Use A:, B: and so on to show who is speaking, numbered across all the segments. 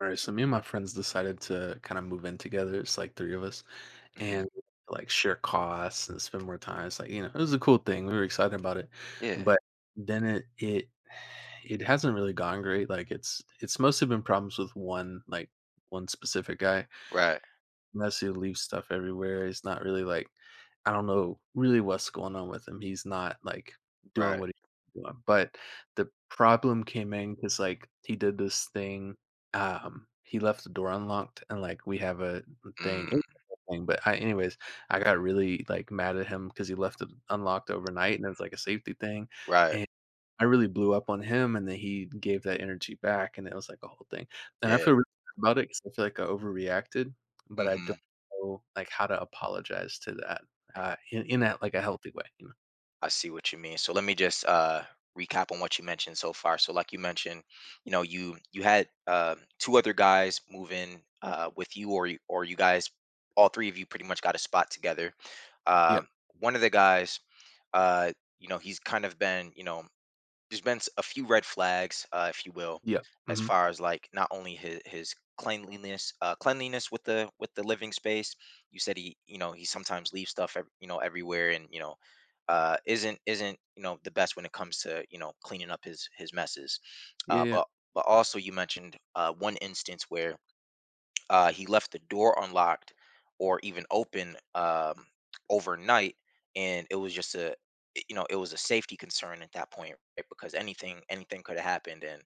A: Right, so me and my friends decided to kind of move in together. It's like three of us,
B: Mhm.
A: and like share costs and spend more time. It's like it was a cool thing. We were excited about it,
B: Yeah.
A: but then it hasn't really gone great. Like it's mostly been problems with one like one specific guy.
B: Right.
A: Unless he leaves stuff everywhere, it's not really like I don't know really what's going on with him. He's not like doing
B: Right.
A: what he's doing. But the problem came in because like he did this thing. He left the door unlocked, and like we have a thing. It
B: Mm.
A: was a thing, but I, anyways, I got really like mad at him because he left it unlocked overnight, and it was like a safety thing.
B: Right.
A: And I really blew up on him, and then he gave that energy back, and it was like a whole thing, and I
B: Yeah.
A: feel really bad about it because I feel like I overreacted, but I
B: Mhm.
A: don't know, like, how to apologize to that, in a, like, a healthy way,
B: I see what you mean. So let me just recap on what you mentioned so far. So like you mentioned, you had two other guys move in with you or you or you guys all three of you pretty much got a spot together. Uh
A: Yeah,
B: One of the guys uh he's kind of been, there's been a few red flags, if you will,
A: yeah,
B: as
A: mhm,
B: far as like not only his cleanliness, cleanliness with the living space. You said he, you know, he sometimes leaves stuff, you know, everywhere, and isn't you know the best when it comes to you know cleaning up his messes.
A: yeah,
B: Uh,
A: yeah,
B: but but also you mentioned one instance where he left the door unlocked or even open overnight, and it was just a you know it was a safety concern at that point, right? Because anything could have happened, and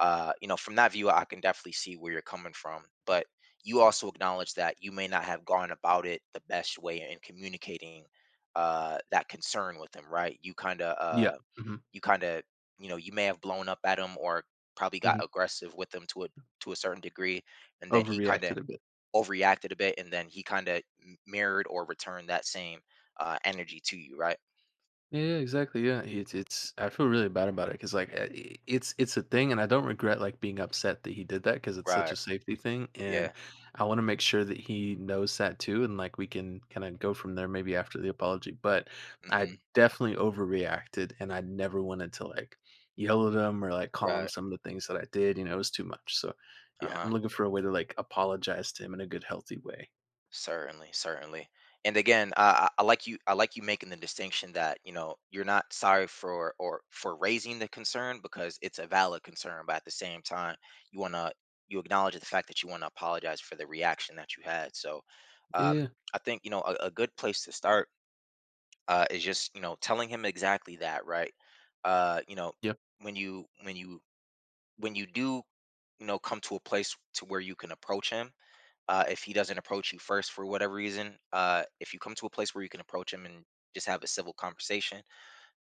B: you know from that view I can definitely see where you're coming from, but you also acknowledge that you may not have gone about it the best way in communicating that concern with him, right? You kind of
A: yeah, mhm,
B: you kind of you know you may have blown up at him or probably got
A: mhm,
B: aggressive with him to a certain degree, and then he kind of
A: overreacted a bit.
B: overreacted a bit, and then he kind of mirrored or returned that same energy to you, right?
A: Yeah, yeah, exactly. Yeah, it's it's. I feel really bad about it because like it's a thing, and I don't regret like being upset that he did that because it's such
B: Right.
A: a safety thing, and
B: Yeah.
A: I want to make sure that he knows that too, and like we can kind of go from there maybe after the apology. But I
B: Hmm.
A: definitely overreacted, and I never wanted to like yell at him or like call him
B: Right.
A: some of the things that I did. You know, it was too much. So yeah,
B: Uh-huh.
A: I'm looking for a way to like apologize to him in a good, healthy way.
B: Certainly, certainly. And again, I like you, I like you making the distinction that you know you're not sorry for or for raising the concern because it's a valid concern, but at the same time you want to you acknowledge the fact that you want to apologize for the reaction that you had. So um
A: Yeah.
B: I think you know a good place to start is just you know telling him exactly that, right? You know
A: Yep.
B: when you when you do you know come to a place to where you can approach him, if he doesn't approach you first for whatever reason, if you come to a place where you can approach him and just have a civil conversation,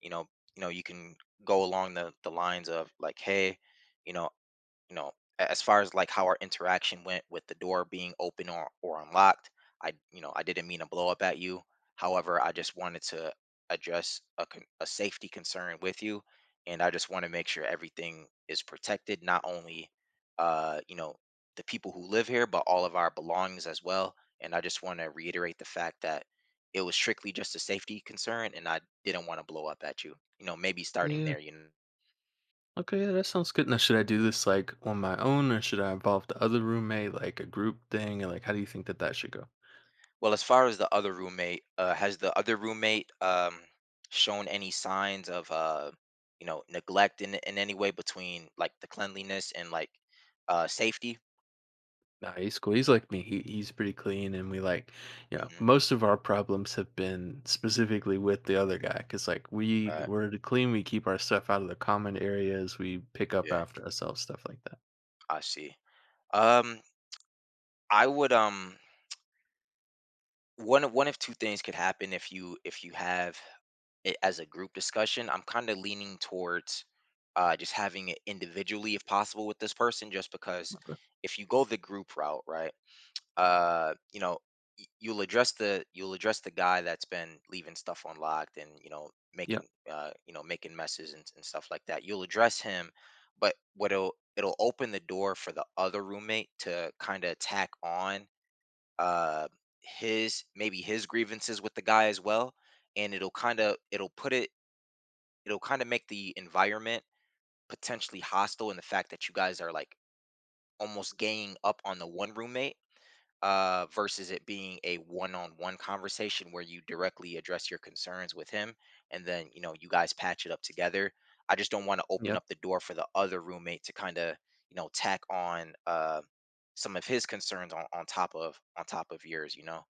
B: you know, you know, you can go along the lines of like, hey, you know, you know, as far as like how our interaction went with the door being open or unlocked, I you know I didn't mean to blow up at you, however I just wanted to address a safety concern with you, and I just want to make sure everything is protected, not only you know the people who live here but all of our belongings as well, and I just want to reiterate the fact that it was strictly just a safety concern, and I didn't want to blow up at you, you know, maybe starting
A: Yeah.
B: there, you know.
A: Okay, yeah, that sounds good. Now, should I do this like on my own, or should I involve the other roommate, like a group thing, or like how do you think that that should go?
B: Well, as far as the other roommate, has the other roommate shown any signs of, you know, neglect in any way between like the cleanliness and like safety?
A: Nah, he's cool. He's like me. He's pretty clean, and we like,
B: Hmm.
A: most of our problems have been specifically with the other guy because like we
B: Right.
A: we're the clean. We keep our stuff out of the common areas. We pick up
B: Yeah,
A: after ourselves, stuff like that.
B: I see. Um, I would one of two things could happen if you have it as a group discussion. I'm kind of leaning towards just having it individually if possible with this person, just because
A: Okay.
B: if you go the group route, right? You know, you'll address the guy that's been leaving stuff unlocked and
A: Yeah.
B: you know making messes and stuff like that. You'll address him, but what it'll open the door for the other roommate to kind of tack on uh, his maybe his grievances with the guy as well, and it'll kind of it'll put it it'll kind of make the environment potentially hostile in the fact that you guys are like almost ganging up on the one roommate, versus it being a one-on-one conversation where you directly address your concerns with him, and then you know you guys patch it up together. I just don't want to open
A: Yeah.
B: up the door for the other roommate to kind of you know tack on some of his concerns on top of yours, you know.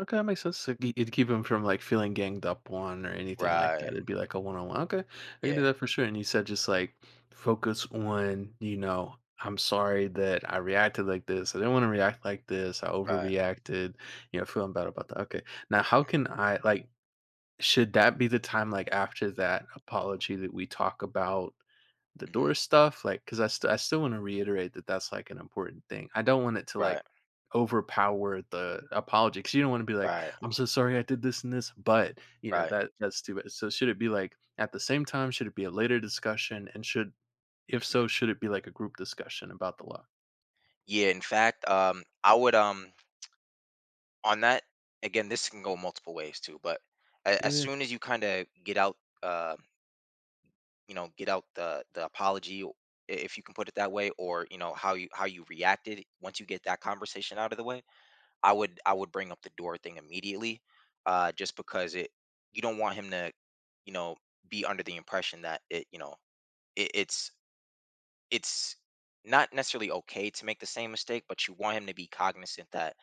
A: Okay, that makes sense. So ge- it'd keep him from like feeling ganged up on or anything like
B: Right.
A: that. It'd be like a one on one. Okay, I can do
B: Yeah.
A: that for sure. And you said just like focus on, you know, I'm sorry that I reacted like this. I didn't want to react like this. I
B: Right.
A: overreacted. You know, feeling bad about that. Okay, now how can I like? Should that be the time like after that apology that we talk about? The door
B: Hmm.
A: stuff, like, because I st I still wanna reiterate that that's, like, an important thing. I don't want it to,
B: Right.
A: like, overpower the apology, because you don't wanna be like,
B: Right.
A: "I'm so sorry I did this and this, but," you know,
B: Right.
A: that that's too bad. So should it be, like, at the same time? Should it be a later discussion? And should if
B: Hmm.
A: so, should it be, like, a group discussion about the law?
B: Yeah, in fact, I would on that, again, this can go multiple ways too, but as
A: Yeah.
B: soon as you kind of get out um you know get out the apology if you can put it that way, or you know how you reacted, once you get that conversation out of the way, I would bring up the door thing immediately, just because it you don't want him to you know be under the impression that it you know it, it's it's not necessarily okay to make the same mistake, but you want him to be cognizant that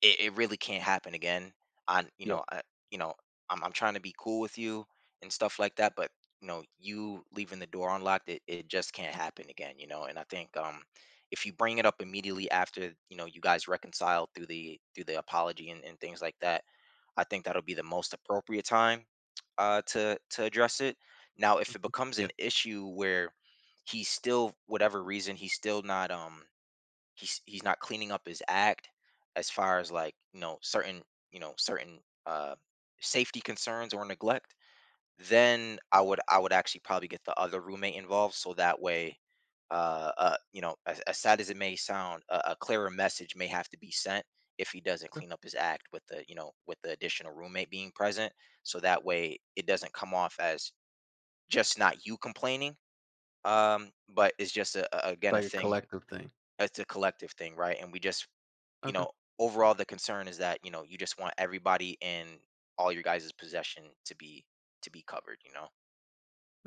B: it really can't happen again. I, you
A: Yeah.
B: know, I, you know, I'm trying to be cool with you and stuff like that, but you know, you leaving the door unlocked, it just can't happen again, you know. And I think if you bring it up immediately after, you know, you guys reconcile through the apology and things like that, I think that'll be the most appropriate time to address it. Now, if it
A: Mhm.
B: becomes an
A: Yeah.
B: issue where he's still whatever reason he's still not he's not cleaning up his act as far as like you know certain uh safety concerns or neglect, then I would actually probably get the other roommate involved so that way you know as sad as it may sound a clearer message may have to be sent if he doesn't clean up his act with the you know with the additional roommate being present, so that way it doesn't come off as just not you complaining, but it's just
A: It's
B: again a
A: like a
B: thing,
A: collective thing.
B: it's a collective thing, right? And we just you
A: Okay.
B: know, overall the concern is that, you know, you just want everybody in all your guys' possession to be covered, you know?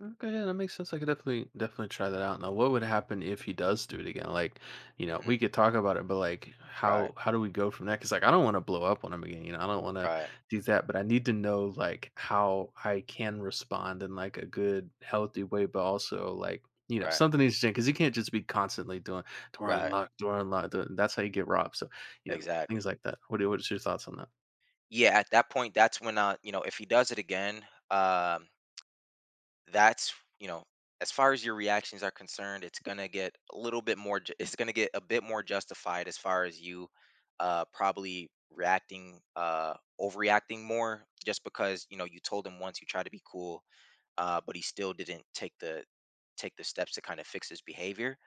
A: Okay, yeah, that makes sense. I could definitely definitely try that out. Now, what would happen if he does do it again? Like, you know,
B: Hmm.
A: we could talk about it, but like,
B: Right,
A: how do we go from that? Because like, I don't want to blow up on him again. You know, I don't want to
B: right,
A: do that. But I need to know like how I can respond in like a good, healthy way, but also like
B: right,
A: something needs to change because you can't just be constantly doing door
B: right.
A: unlocked, door unlocked. Door-" That's how you get robbed. So you know
B: Exactly.
A: things like that. What are- what's your thoughts on that?
B: Yeah, at that point, that's when you know, if he does it again, that's you know, as far as your reactions are concerned, it's gonna get a little bit more it's gonna get a bit more justified as far as you probably reacting overreacting more, just because you know you told him once, you try to be cool, but he still didn't take the steps to kind of fix his behavior.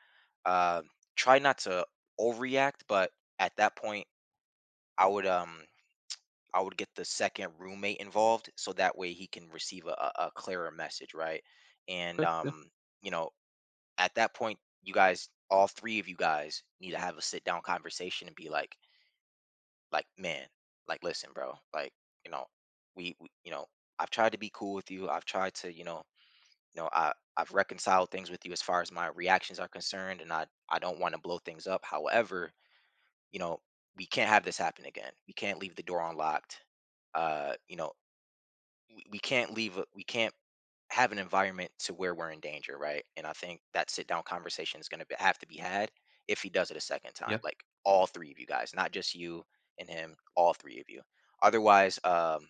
B: Um, try not to overreact, but at that point, I would um I would get the second roommate involved so that way he can receive a clearer message, right? And
A: Okay. Yeah.
B: you know at that point, you guys, all three of you guys, need to have a sit down conversation and be like, man, like, listen, bro, like, you know, we you know I've tried to be cool with you. I've tried to you know I've reconciled things with you as far as my reactions are concerned, and I don't want to blow things up, however, you know, we can't have this happen again, we can't leave the door unlocked, you know, we can't leave we can't have an environment to where we're in danger, right? And I think that sit down conversation is going to have to be had if he does it a second time,
A: Yeah.
B: like all three of you guys, not just you and him, all three of you. Otherwise,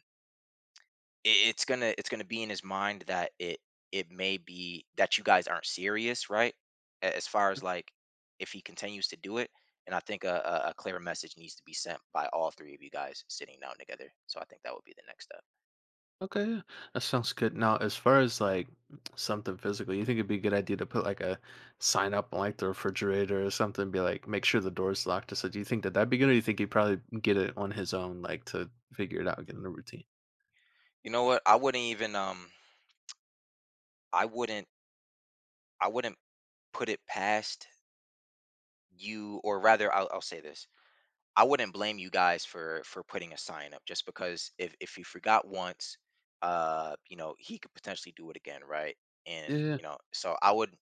B: it's gonna be in his mind that it may be that you guys aren't serious, right? As far as like, if he continues to do it, and I think a clear message needs to be sent by all three of you guys sitting down together. So I think that would be the next step.
A: Okay, yeah. That sounds good. Now, as far as like something physical, you think it'd be a good idea to put like a sign up on like the refrigerator or something, be like, make sure the door's locked. So, do you think that that'd be good, or you think he'd probably get it on his own, like to figure it out, get in the routine?
B: You know what? I wouldn't even I wouldn't I wouldn't put it past you, or rather, I'll say this. I wouldn't blame you guys for putting a sign up, just because if he forgot once, you know, he could potentially do it again, right? And
A: Yeah, yeah,
B: you know, so I would,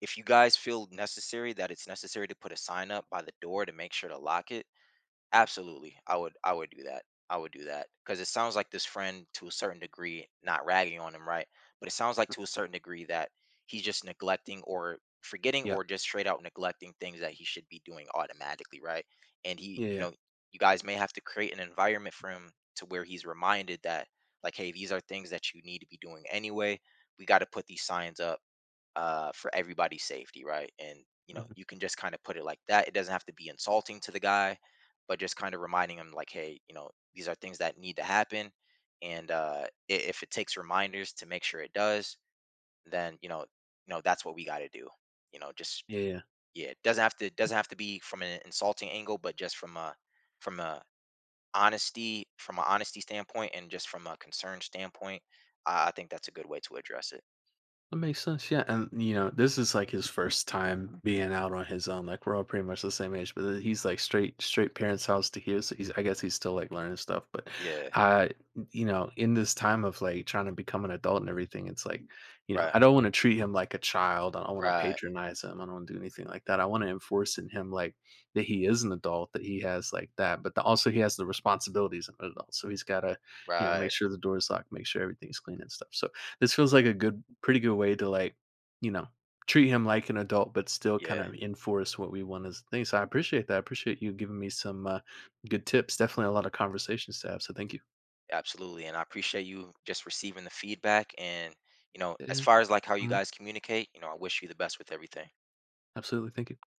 B: if you guys feel necessary that it's necessary to put a sign up by the door to make sure to lock it, absolutely. I would do that. I would do that, because it sounds like this friend to a certain degree, not ragging on him, right? But it sounds like to a certain degree that he's just neglecting or forgetting
A: yeah,
B: or just straight out neglecting things that he should be doing automatically, right? And he,
A: yeah, yeah.
B: you
A: yeah.
B: know, you guys may have to create an environment for him to where he's reminded that like, hey, these are things that you need to be doing anyway. We got to put these signs up, for everybody's safety, right? And you know,
A: Mhm.
B: you can just kind of put it like that. It doesn't have to be insulting to the guy, but just kind of reminding him like, hey, you know, these are things that need to happen, and if it takes reminders to make sure it does, then you know, that's what we got to do. You know, just
A: Yeah, yeah.
B: yeah, it doesn't have to be from an insulting angle, but just from a honesty from an honesty standpoint and just from a concern standpoint, I think that's a good way to address it.
A: That makes sense. Yeah. And, you know, this is like his first time being out on his own. Like, we're all pretty much the same age, but he's like straight, straight parents' house to here. So he's, I guess he's still like learning stuff. But,
B: Yeah.
A: uh, you know, in this time of like trying to become an adult and everything, it's like, you know,
B: Right.
A: I don't want to treat him like a child. I don't want to
B: Right.
A: patronize him. I don't want to do anything like that. I want to enforce in him like that he is an adult, that he has like that, but the, also he has the responsibilities of an adult. So he's got to, you know, make
B: Right.
A: sure the door is locked, make sure everything's clean and stuff. So, this feels like a good pretty good way to, like, you know, treat him like an adult, but still kind
B: Yeah,
A: of enforce what we want as a thing, so I appreciate that, I appreciate you giving me some good tips, definitely a lot of conversations to have, so thank you.
B: absolutely. And I appreciate you just receiving the feedback. And, you know, as
A: Yeah,
B: far as like how you
A: mhm,
B: guys communicate, you know, I wish you the best with everything.
A: absolutely, thank you.